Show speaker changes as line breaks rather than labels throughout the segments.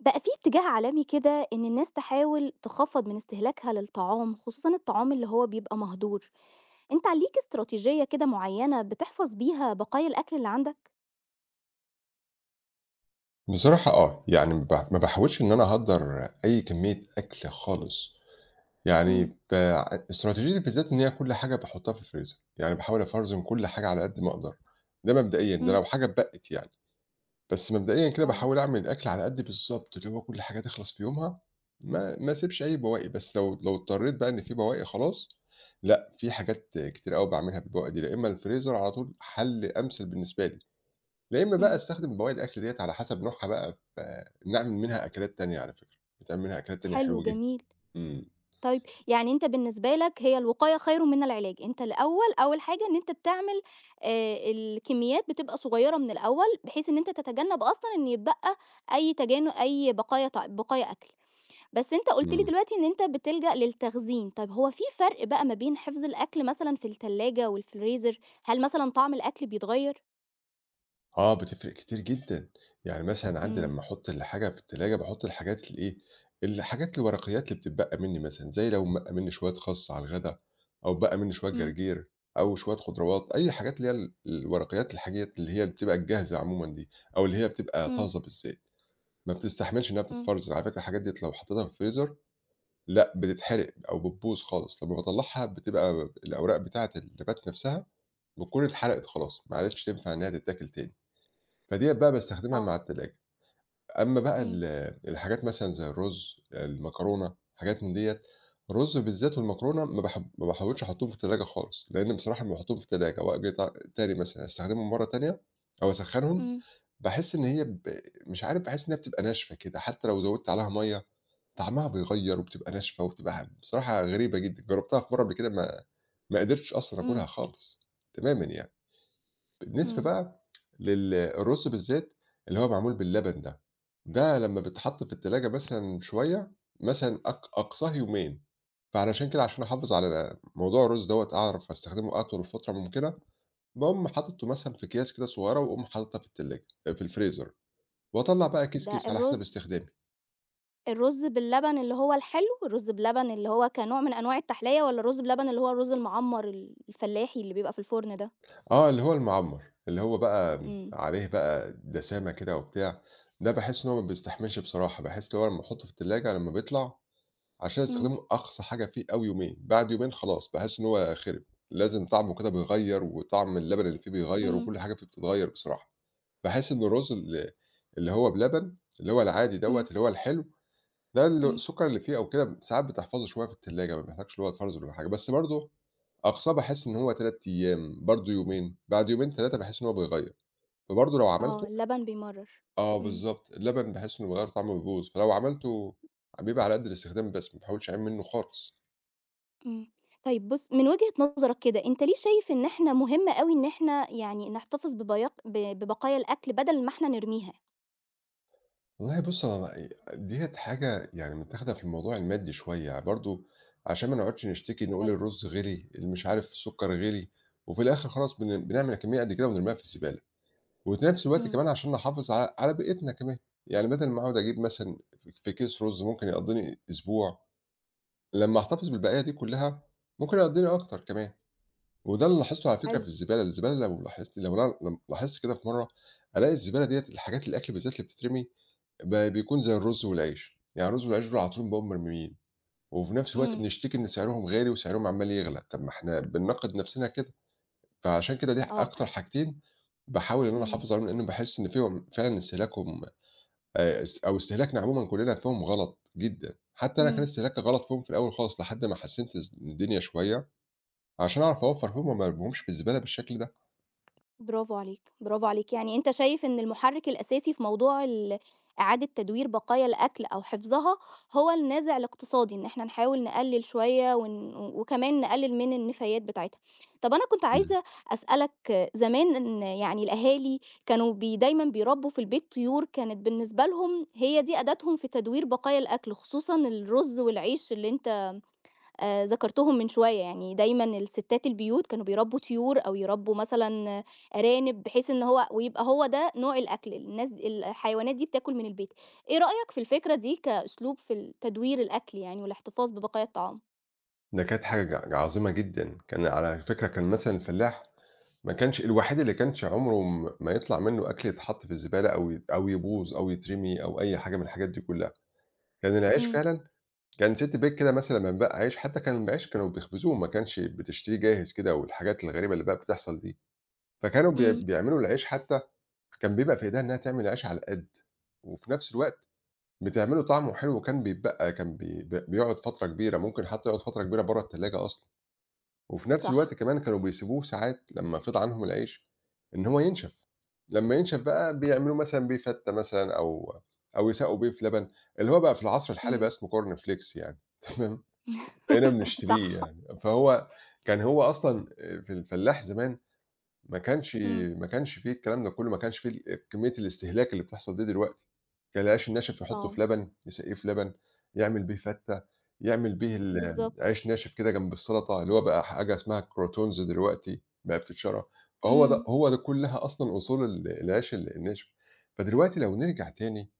بقى في اتجاه عالمي كده إن الناس تحاول تخفّض من استهلاكها للطعام، خصوصًا الطعام اللي هو بيبقى مهدور. أنت ليك استراتيجية كده معيّنة بتحفظ بيها بقايا الأكل اللي عندك؟
بصراحة آه، يعني ما باحاولش إن أنا أهدّر أي كمية أكل خالص، يعني
إمم.
إستراتيجيتي بالذات إن هي كل حاجة باحطها في الفريزر، يعني باحاول أفرزن كل حاجة على قد ما أقدر، ده مبدئيًا، ده
إمم.
لو حاجة اتبقِّت يعني، بس مبدئيًا كده
آه.
باحاول أعمل الأكل على قد بالضبط، اللي هو كل حاجة تخلص في يومها، ما اسيبش أي بواقي، بس لو اضطريت بقى إن في بواقي خلاص، لأ، في حاجات كتير أوي باعملها بالبواقي دي، يا إما الفريزر على طول حل أمثل بالنسبة لي، يا إمّا بقى
إمم.
أستخدم بواقي الأكل ديّة على حسب نوعها بقى نعمل منها أكلات تانية على فكرة، بيتعمل منها أكلات تانية
حلو
حلوة جدًا.
جميل.
إمم.
طيب يعني أنت بالنسبة لك هي الوقاية خير من العلاج، أنت الأول أول حاجة إن أنت بتعمل الكميات بتبقى صغيّرة من الأول، بحيث إن أنت تتجنب أصلًا إن يتبقى أي تجان أي بقايا ط بقايا أكل. بس أنت قُلت لي
إمم.
دلوقتي إن أنت بتلجأ للتخزين، طيب هو في فرق بقى ما بين حفظ الأكل مثلًا في التلاجة والفريزر؟ هل مثلًا طعم الأكل بيتغيّر؟
آه، بتفرق كتير جدًا. يعني مثلًا عندي
إمم.
لمّا أحُط الحاجة في التلاجة باحُط الحاجات الإيه، الحاجات الورقيات اللي بتتبقى منّي مثلًا، زي لو بقى منّي شوية خَس على الغدا أو اتبقى منّي شوية
إمم.
جرجير أو شوية خضروات، أي حاجات اللي هي الورقيات الحاجات اللي هي بتبقى الجاهزة عمومًا دي أو اللي هي بتبقى
إمم.
طازة بالذات، ما بتستحملش إنّها
إمم.
بتتفرزن، على فكرة الحاجات ديّة لو حطيتها في الفريزر لأ، بتتحرق أو بتبوظ خالص، لمّا باطلّعها بتبقى الأوراق بتاعة النبات نفسها بتكون اتحرقت خلاص، ما عادتش تنفع إنها تتاكل تاني، فديّة بقى باستخدمها
آه.
مع التلاجة. أمّا بقى
إمم.
الحاجات مثلًا زي الرز، المكرونة، حاجات من ديّة، الرز بالذات والمكرونة ما باحاولش أحطّهم في التلاجة خالص، لإن بصراحة لمّا باحطّهم في التلاجة وآجي تاني مثلًا أستخدمهم مرّة تانية أو أسخّنهم،
إمم.
باحس إن هي ب مش عارف باحس إنها بتبقى ناشفة كده، حتى لو زوّدت عليها مَيّة طعمها بيغيّر وبتبقى ناشفة وبتبقى بصراحة غريبة جدًا، جرّبتها في مرّة قبل كده ما قدرتش أصلًا آكلها
إمم.
خالص تمامًا يعني. بالنسبة
إمم.
بقى الرُز بالذات اللي هو معمول باللبن ده، ده لمّا بيتحط في التلاجة مثلًا شوية، مثلًا أقصاه يومين، فعلشان كده عشان أحافظ على موضوع الرُز دوّة أعرف أستخدمه أطول فترة ممكنة، باقوم حاططّه مثلًا في أكياس كده صغيّرة واقوم حاططها في التلاجة في الفريزر، واطلّع بقى كيس،
ده
كيس على حسب
الرز
استخدامي.
الرز باللبن اللي هو الحلو، الرز بلبن اللي هو كنوع من أنواع التحلية والّا الرز بلبن اللي هو الرز المعمّر الفلاحي اللي بيبقى في الفرن ده؟
آه، اللي هو المعمّر، اللي هو بقى
إمم.
عليه بقى دسامة كده وبتاع، ده باحس إن هو ما بيستحملش بصراحة، باحس اللي هو لمّا أحطه في التلاجة لمّا بيطلع عشان
إمم.
أستخدمه أقصى حاجة فيه أوي يومين، بعد يومين خلاص باحس إن هو خِرِب، لازم طعمه كده بيغيّر وطعم اللبن اللي فيه بيغيّر
إمم.
وكل حاجة فيه بتتغيّر بصراحة، باحس إن الرز اللي هو بلبن، اللي هو العادي دوّة
إمم.
اللي هو الحلو ده
إمم.
السُكّر اللي فيه أو كده ساعات بتحفظه شوية في التلاجة، ما بيحتاجش اللي هو يتفرزن والّا حاجة، بس برضه أقصاه باحس إن هو 3 أيام، برضه يومين، بعد يومين 3 باحس إن هو بيغيّر، فبرضه لو
آه،
عملته
اللبن بيمرّر.
آه
إمم.
بالضبط، اللبن باحس إنه بيغيّر طعمه بيبوظ، فلو عملته بيبقى على قد الاستخدام بس، ما باحاولش أعين منه خالص.
إمم. طيب بُص، من وجهة نظرك كده، أنت ليه شايف إن إحنا مهم أوي إن إحنا يعني نحتفظ ببياق ب ببقايا الأكل بدل ما إحنا نرميها؟
والله بُص هو ي ديّة حاجة يعني متاخدة في الموضوع المادي شوية، برضه عشان ما نقعدش نشتكي نقول
حلو.
الرز غِلي، اللي مش عارف السُكّر غِلي، وفي الآخر خلاص بنعمل كمية قد كده ونرميها في الزبالة. وفي نفس الوقت
إمم.
كمان عشان نحافظ على بيئتنا كمان، يعني بدل ما أقعد أجيب مثلًا في كيس رز ممكن يقضّيني أسبوع، لمّا أحتفظ بالبقايا دي كلّها ممكن يقضّيني أكتر كمان، وده اللي لاحظته على فكرة في
حلو.
الزبالة، الزبالة لو لاحظت لو أنا لم لاحظت كده في مرّة ألاقي الزبالة ديّة الحاجات الأكل بالذات اللي بتترمي بيكون زي الرز والعيش، يعني الرز والعيش دول على طول بنلاقيهم مرميين، وفي نفس الوقت
إمم.
بنشتكي إن سعرهم غالي وسعرهم عمّال يغلى، طَب ما إحنا بنناقض نفسنا كده. فعشان كده دي
آه.
أكتر حاجتين باحاول إن أنا
إمم.
أحافظ عليهم، لإن باحس إن فيهم فعلًا استهلاكهم است أو استهلاكنا عمومًا كلّنا فيهم غلط جدًا، حتى أنا كان
إمم.
استهلاكي غلط فيهم في الأول خالص لحد ما حسّنت الدنيا شوية، عشان أعرف أوفّر فيهم وما أرميهمش في الزبالة بالشكل ده.
برافو عليك، برافو عليك، يعني أنت شايف إن المحرك الأساسي في موضوع إعادة تدوير بقايا الأكل أو حفظها هو النازع الاقتصادي، إن إحنا نحاول نقلل شوية وكمان نقلل من النفايات بتاعتها. طب أنا كنت
إمم.
عايزة أسألك زمان يعني الأهالي كانوا دايمًا بيربوا في البيت طيور كانت بالنسبة لهم هي دي أداتهم في تدوير بقايا الأكل، خصوصًا الرز والعيش اللي أنت ذكرتهم من شوية، يعني دايمًا الستات البيوت كانوا بيربّوا طيور أو يربّوا مثلًا أرانب، بحيث إن هو ويبقى هو ده نوع الأكل، الناس الحيوانات دي بتاكل من البيت. إيه رأيك في الفكرة دي كأسلوب في تدوير الأكل يعني والاحتفاظ ببقايا الطعام؟
ده كانت حاجة عظيمة جدًا، كان على فكرة كان مثلًا الفلاح ما كانش الوحيد اللي كانش عمره ما يطلع منّه أكل يتحط في الزبالة أو أو يبوظ أو يترمي أو أي حاجة من الحاجات دي كلّها، كان العيش
إمم.
فعلًا كان سيتي بيك كده مثلًا لمّا بانباع عيش، حتى كان العيش كانوا بيخبزوه ما كانش بتشتريه جاهز كده والحاجات الغريبة اللي بقت بتحصل دي، فكانوا
إمم.
بيعملوا العيش حتى كان بيبقى في إيديها إنها تعمل العيش على القد، وفي نفس الوقت بتعمله طعمه حلو وكان بيتبقى كان بي ب بيقعد فترة كبيرة، ممكن حتى يقعد فترة كبيرة برّه التلاجة أصلًا، وفي نفس الوقت
صح.
كمان كانوا بيسيبوه ساعات لمّا فِض عنهم العيش إن هو ينشف، لمّا ينشف بقى بيعملوه مثلًا بيه فتة مثلًا أو أو يساقوا بيه في لبن، اللي هو بقى في العصر الحالي بقى
إمم.
اسمه corn flakes يعني تمام، بقينا
صح.
بنشتريه يعني. فهو كان هو أصلًا في الفلاح زمان ما كانش
إمم.
ما كانش فيه الكلام ده كُلّه، ما كانش فيه كمية الاستهلاك اللي بتحصل دي دلوقتي. كان العيش الناشف يحطّه
آه.
في لبن، يسقّيه في لبن، يعمل بيه فتّة، يعمل بيه
بالضبط.
عيش ناشف كده جنب السَلطة، اللي هو بقى حاجة اسمها الcroutons دلوقتي بقى بتتشرى. فهو ده
إمم.
هو ده كُلّها أصلًا أصول العيش الناشف. فدلوقتي لو نرجع تاني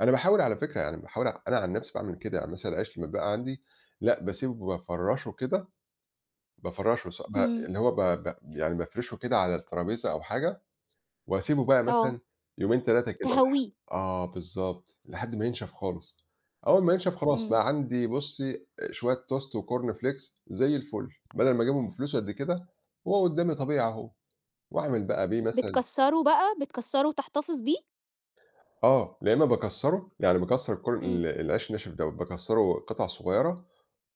أنا باحاول على فكرة يعني باحاول أنا عن نفسي باعمل كده، يعني مثلًا العيش لمّا بيبقى عندي لأ باسيبه بافرّشه كده، بافرّشه ص ب إمم.
إمم.
اللي هو ب ب يعني بافرشه كده على الترابيزة أو حاجة، واسيبه بقى
آه.
مثلًا يومين 3 كده
تهوّيه.
آه بالضبط، لحد ما ينشف خالص، أول ما ينشف خلاص
إمم.
بقى عندي بُصّي شوية توست وكورن فليكس زي الفل، بدل ما أجيبهم بفلوس قد كده، هو قدّامي طبيعي أهو، وأعمل بقى بيه مثلًا
بتكسّره بقى، بتكسّره وتحتفظ بيه؟
آه، يا إمّا باكسّره، يعني باكسّر الكُرن
إمم.
ال العيش الناشف دوّة، باكسّره قطع صغيّرة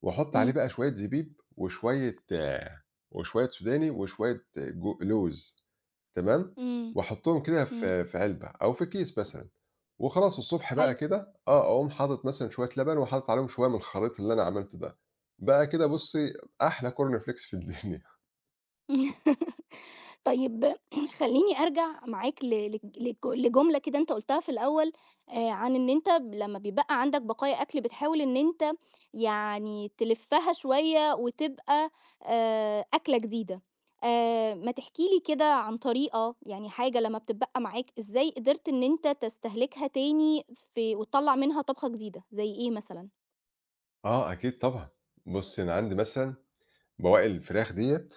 وأحُط عليه
إمم.
بقى شوية زبيب وشوية آه، وشوية سوداني وشوية جو لوز تمام،
إمم.
وأحُطّهم كده
إمم.
في علبة أو في كيس مثلًا وخلاص الصبح بقى
حلو.
كده آه، أقوم حاطط مثلًا شوية لبن وحاطط عليهم شوية من الخليط اللي أنا عملته ده، بقى كده بُصّي أحلى corn flakes في الدنيا.
طيب خلّيني أرجع معاك ل لج لج لجملة كده أنت قُلتها في الأول، عن إن أنت لمّا بيبقى عندك بقايا أكل بتحاول إن أنت يعني تلفّها شوية وتبقى أكلة جديدة. ما تحكي لي كده عن طريقة، يعني حاجة لمّا بتتبقى معاك إزاي قدرت إن أنت تستهلكها تاني وتطلّع منها طبخة جديدة، زي إيه مثلًا؟
آه، أكيد طبعًا. بُصّي أنا عندي مثلًا بواقي الفراخ ديّة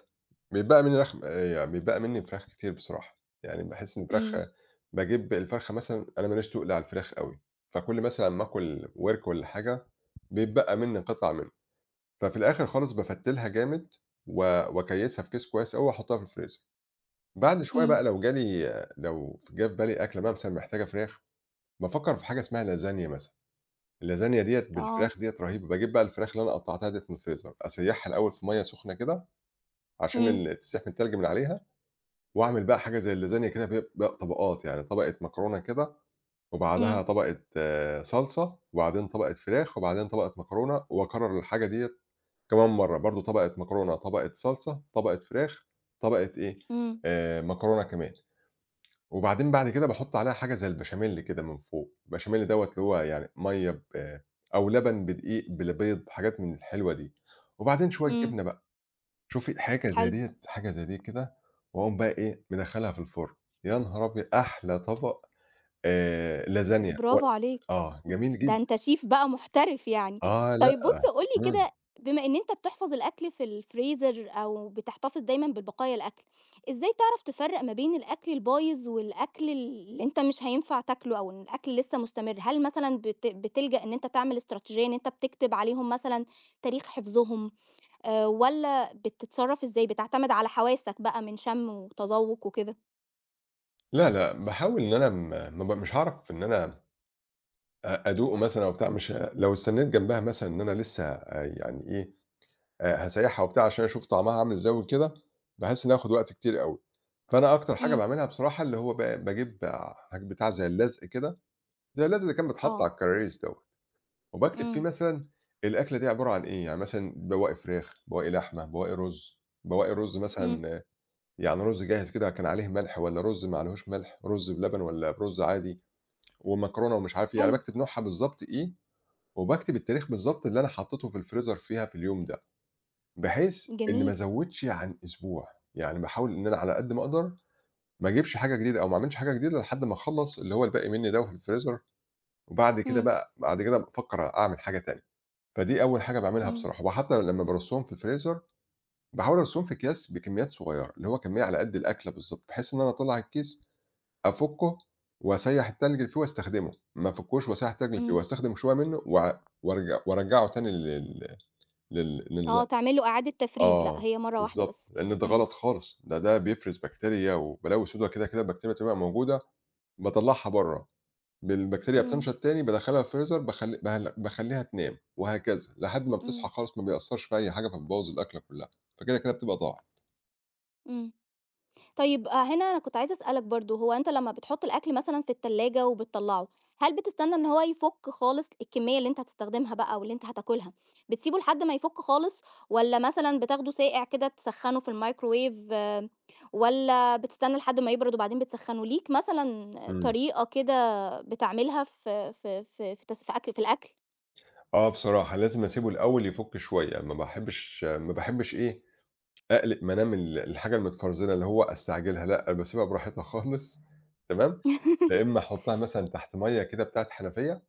بيتبقى منّي رخ يعني بيتبقى منّي فراخ كتير بصراحة، يعني باحس إن الفراخ
إمم.
باجيب الفرخة مثلًا أنا ما لياش تُقل على الفراخ أوي، فكل مثلًا ما آكل ورك والّا حاجة بيتبقى منّي قطع منها، ففي الآخر خالص بافتّلها جامد و وأكيّسها في كيس كويس أوي وأحطّها في الفريزر. بعد شوية
إمم.
بقى لو جه في بالي أكلة بقى مثلًا محتاجة فراخ، بافكّر في حاجة اسمها لازانيا مثلًا، اللازانيا ديّة
آه.
بالفراخ ديّة رهيبة، باجيب بقى الفراخ اللي أنا قطّعتها ديّة من الفريزر أسيّحها الأول في مَيّة سخنة كده عشان
إمم.
تسيح من التلج من عليها، واعمل بقى حاجة زي اللازانيا كده ب ب طبقات، يعني طبقة مكرونة كده،
إمم.
وبعدها طبقة آه، صلصة، وبعدين طبقة فراخ، وبعدين طبقة مكرونة، واكرر الحاجة ديّة كمان مرّة، برضه طبقة مكرونة، طبقة صلصة، طبقة فراخ، طبقة إيه،
إمم.
مكرونة كمان، وبعدين بعد كده باحط عليها حاجة زي البشاميل كده من فوق، البشاميل دوّة اللي هو يعني مَيّة ب آه، أو لبن بدقيق بالبيض، حاجات من الحلوة دي، وبعدين شوية
إمم.
جبنة شوفي حاجة زي
حلو.
ديّة حاجة زي دي كده، واقوم بقى إيه، مدخّلها في الفرن، يا نهار أبيض! أحلى طبق لازانيا و
برافو عليك.
آه، جميل
ده
جدًا.
أنت شيف بقى محترف يعني.
آه،
طيب
لأ،
بُص قُل لي
إمم.
كده، بما إن أنت بتحفظ الأكل في الفريزر أو بتحتفظ دايمًا بالبقايا الأكل، إزاي تعرف تفرّق ما بين الأكل البايظ والأكل اللي أنت مش هينفع تاكله أو إن الأكل لسه مستمر؟ هل مثلًا بتلجأ إن أنت تعمل إستراتيجية إن أنت بتكتب عليهم مثلًا تاريخ حفظهم، والّا بتتصرّف إزاي، بتعتمد على حواسك بقى من شم وتذوق وكده؟
لا، لأ، باحاول إن أنا م ما ب مش هاعرف إن أنا أدوقه مثلًا أو بتاع، مش لو استنيت جنبها مثلًا إن أنا لسه يعني إيه، هاسيّحها وبتاع عشان أشوف طعمها عامل إزاي وكده، باحس إنّي هاخد وقت كتير أوي. فأنا أكتر حاجة
إمم.
باعملها بصراحة اللي هو باجيب بتاع زي اللزق كده، زي اللزق اللي كان بيتحط
آه.
على الكراريس دوّة. وباكتب فيه
إمم.
مثلًا الأكلة دي عبارة عن إيه، يعني مثلًا بواقي فراخ، بواقي لحمة، بواقي رز، بواقي رز
إمم.
مثلًا يعني رز جاهز كده كان عليه ملح والّا رز ما عليهوش ملح، رز بلبن والّا برز عادي، ومكرونة ومش عارف إيه، يعني
حلو.
باكتب نوعها بالضبط إيه، وباكتب التاريخ بالضبط اللي أنا حطيته في الفريزر فيها في اليوم ده، بحيث إن ما
جميل.
ازودش عن أسبوع، يعني باحاول إن أنا على قد ما أقدر ما اجيبش حاجة جديدة أو ما اعملش حاجة جديدة لحد ما اخلّص اللي هو الباقي منّي ده وفي الفريزر، وبعد كده
إمم.
بقى بعد كده بافكر أعمل حاجة تانية. فدي أول حاجة باعملها
إمم.
بصراحة، وحتى لمّا بارُصّهم في الفريزر، باحاول أرُصّهم في أكياس بكميات صغيّرة، اللي هو كمية على قد الأكلة بالضبط، بحيث إن أنا أطلّع الكيس أفُكُّه وأسيّح التلج اللي فيه واستخدمه، ما أفُكُّوش وأسيّح التلج اللي فيه،
إمم.
وأستخدم شوية منه وأ وأرج وأرجّعه تاني لل لل
آه،
لل
تعمل له إعادة تفريز، لأ،
آه،
هي مرّة واحدة
بالضبط،
بس.
لإن ده
إمم.
غلط خالص، ده بيفرز بكتيريا وبلاوي سودا كده، كده البكتيريا بتبقى موجودة، باطلّعها برّه. بالبكتيريا
إمم.
بتنشط تاني بادخّلها الفريزر باخلّيها تنام، وهكذا لحد ما بتصحى
إمم.
خالص ما بيأثّرش في أي حاجة فبيبوّظ الأكلة كلّها، فكده، كده بتبقى ضاعت.
إمم. طيب هنا أنا كنت عايزة أسألك برضه، هو أنت لمّا بتحُط الأكل مثلًا في التلاجة وبتطلّعه، هل بتستنى إن هو يفُك خالص الكمية اللي أنت هتستخدمها بقى واللي أنت هتاكلها، بتسيبه لحد ما يفُك خالص والّا مثلًا بتاخده ساقع كده تسخّنه في الميكروويف، والّا بتستنى لحد ما يبرد وبعدين بتسخّنه؟ ليك مثلًا
إمم.
طريقة كده بتعملها في في في في تس في أكل في الأكل؟
آه بصراحة لازم أسيبه الأول يفُك شوية، ما باحبّش إيه، أقلق منام ال الحاجة المتفرزنة اللي هو أستعجلها لأ، باسيبها براحتها خالص تمام، يا إمّا أحُطّها مثلًا تحت مَيّة كده بتاعة حنفية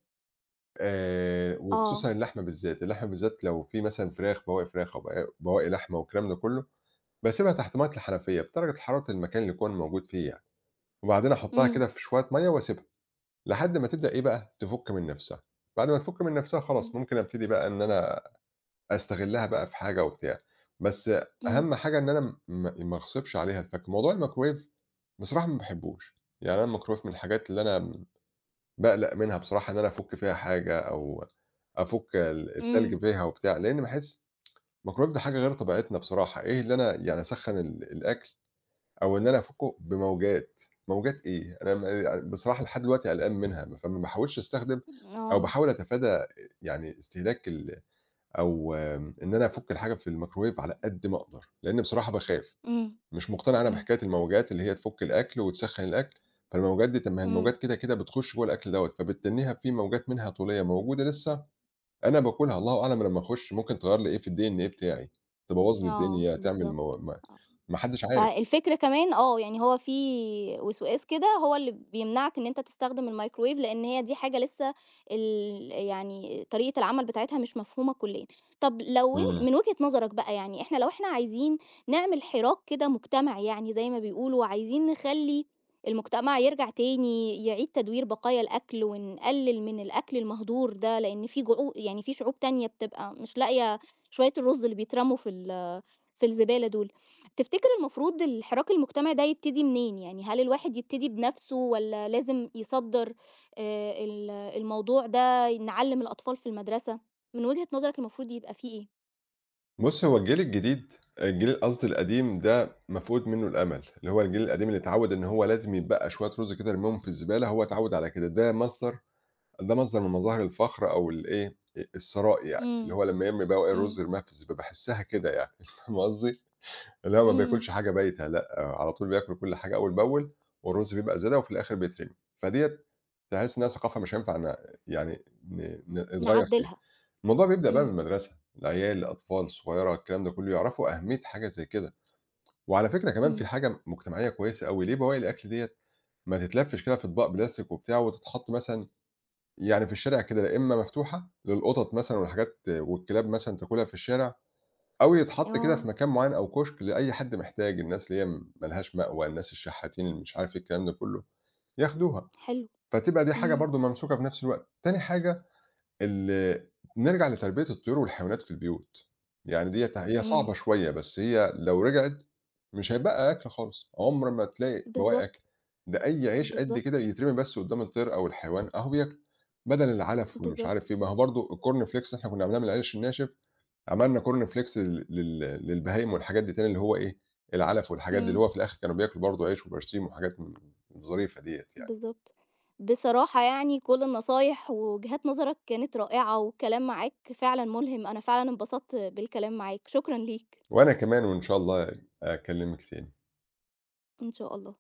آه.
وخصوصًا اللحمة بالذات، اللحمة بالذات لو في مثلًا فراخ بواقي فراخ أو بواقي لحمة والكلام ده كلّه باسيبها تحت مَيّة الحنفية بدرجة حرارة المكان اللي يكون موجود فيه يعني، وبعدين أحطها
إمم.
كده في شوية مَيّة وأسيبها، لحد ما تبدأ إيه بقى، تفُك من نَفْسها، بعد ما تفُك من نَفْسها
إمم.
خلاص ممكن أبتدي بقى إن أنا أستغلّها بقى في حاجة وبتاع، بس
إمم.
أهم حاجة إن أنا ما أغصبش عليها، فموضوع الميكروويف بصراحة ما باحبّوش، يعني أنا الميكروويف من الحاجات اللي أنا باقلق منها بصراحة إن أنا أفُك فيها حاجة أو أفُك
إمم.
التلج فيها وبتاع، لإن باحس الميكروويف ده حاجة غير طبيعتنا بصراحة، إيه اللي أنا يعني أسخّن الأكل أو إن أنا أفُكّه بموجات، موجات إيه؟ أنا بصراحة لحد دلوقتي قلقان منها، فما باحاولش أستخدم أو
آه.
باحاول أتفادى يعني استهلاك ال أو آمم، إن أنا أفُك الحاجة في الميكروويف على قد ما أقدر، لإن بصراحة باخاف،
إمم.
مش مقتنع أنا
إمم.
بحكاية الموجات اللي هي تفُك الأكل وتسخّن الأكل، فالموجات دي طَب ما هي
إمم.
الموجات كده، كده بتخُش جوّه الأكل دوّة، فبتتنّيها في موجات منها طولية موجودة لسه، أنا باكلها الله أعلم لمّا أخُش ممكن تغيّر لي إيه في الDNA بتاعي، تبوّظ لي
آه.
الدنيا، تعمل مو
بالضبط.
ما
آه.
ما حدّش عارف.
فالفكرة كمان آه، يعني هو في وسواس كده هو اللي بيمنعك إن أنت تستخدم الميكروويف، لإن هي دي حاجة لسه يعني طريقة العمل بتاعتها مش مفهومة كليًا. طب لو إن
إمم.
من وجهة نظرك بقى، يعني إحنا لو إحنا عايزين نعمل حراك كده مجتمعي يعني زي ما بيقولوا، وعايزين نخلّي المجتمع يرجع تاني يعيد تدوير بقايا الأكل، ونقلل من الأكل المهدور ده، لإن في يعني في شعوب تانية بتبقى مش لاقية شوية الرز اللي بيترموا في في الزبالة دول. تفتكر المفروض الحراك المجتمعي ده يبتدي منين؟ يعني هل الواحد يبتدي بنفسه والّا لازم يصدّر الموضوع ده، نعلّم الأطفال في المدرسة؟ من وجهة نظرك المفروض يبقى في إيه؟
بُص، هو الجيل الجديد الجيل قصدي القديم ده مفقود منّه الأمل، اللي هو الجيل القديم اللي اتعوّد إن هو لازم يتبقّى شوية رُز كده يرميهم في الزبالة، هو اتعوّد على كده، ده مصدر من مظاهر الفخر أو الإيه، أ الثراء يعني، اللي
إمم.
هو لمّا يرمي بواقي
إمم.
الرُز يرميها في الزبالة، باحسّها كده يعني فاهم قصدي؟ اللي هو ما
إمم.
بياكلش حاجة بايتة لأ، على طول بياكل كل حاجة أول بأول، والرُز بيبقى زيادة وفي الآخر بيترمي، فديّة تحس إنّها ثقافة مش هينفع ن يعني ن ن نتغيّر فيها.
نعدّلها.
الموضوع بيبدأ بقى من
إمم.
المدرسة، العيال، الأطفال الصغيرة، الكلام ده كله يعرفوا أهمية حاجة زي كده، وعلى فكرة كمان في
إمم.
حاجة مجتمعية كويسة أوي، ليه بواقي الأكل ديّة ما تتلفش كده في أطباق بلاستيك وبتاع وتتحط مثلًا يعني في الشارع كده، يا إما مفتوحة للقطط مثلًا والحاجات والكلاب مثلًا تاكلها في الشارع، أو يتحط كده في
آه.
مكان معين أو كشك لأي حد محتاج، الناس اللي هي ما لهاش مأوى، الناس الشحاتين اللي مش عارف إيه الكلام ده كله، ياخدوها،
حلو.
فتبقى دي حاجة
إمم.
برضه ممسوكة في نفس الوقت. تاني حاجة ال نرجع لتربية الطيور والحيوانات في البيوت، يعني ديّة هي إمم. صعبة
إمم.
شوية، بس هي لو رجعت مش هيتبقى أكل خالص، عمر ما تلاقي بواقي أكل،
بالضبط.
ده أي عيش قد
بالضبط.
كده يترمي بس قدّام الطير أو الحيوان أهو بياكله، بدل العلف والمش
بالضبط.
عارف إيه، ما هو برضه الcorn flakes اللي إحنا كنا بنعملها من العيش الناشف، عملنا corn flakes لل لل للبهايم والحاجات دي تاني اللي هو إيه، العلف والحاجات دي، اللي
إمم.
هو في الآخر كانوا بياكلوا برضه عيش وبرسيم وحاجات م ظريفة ديّة يعني،
بالضبط. بصراحة يعني كل النصايح ووجهات نظرك كانت رائعة والكلام معاك فعلًا ملهم، أنا فعلًا انبسطت بالكلام معاك، شكرًا ليك.
وأنا كمان وإن شاء الله أكلمِك تاني.
إن شاء الله.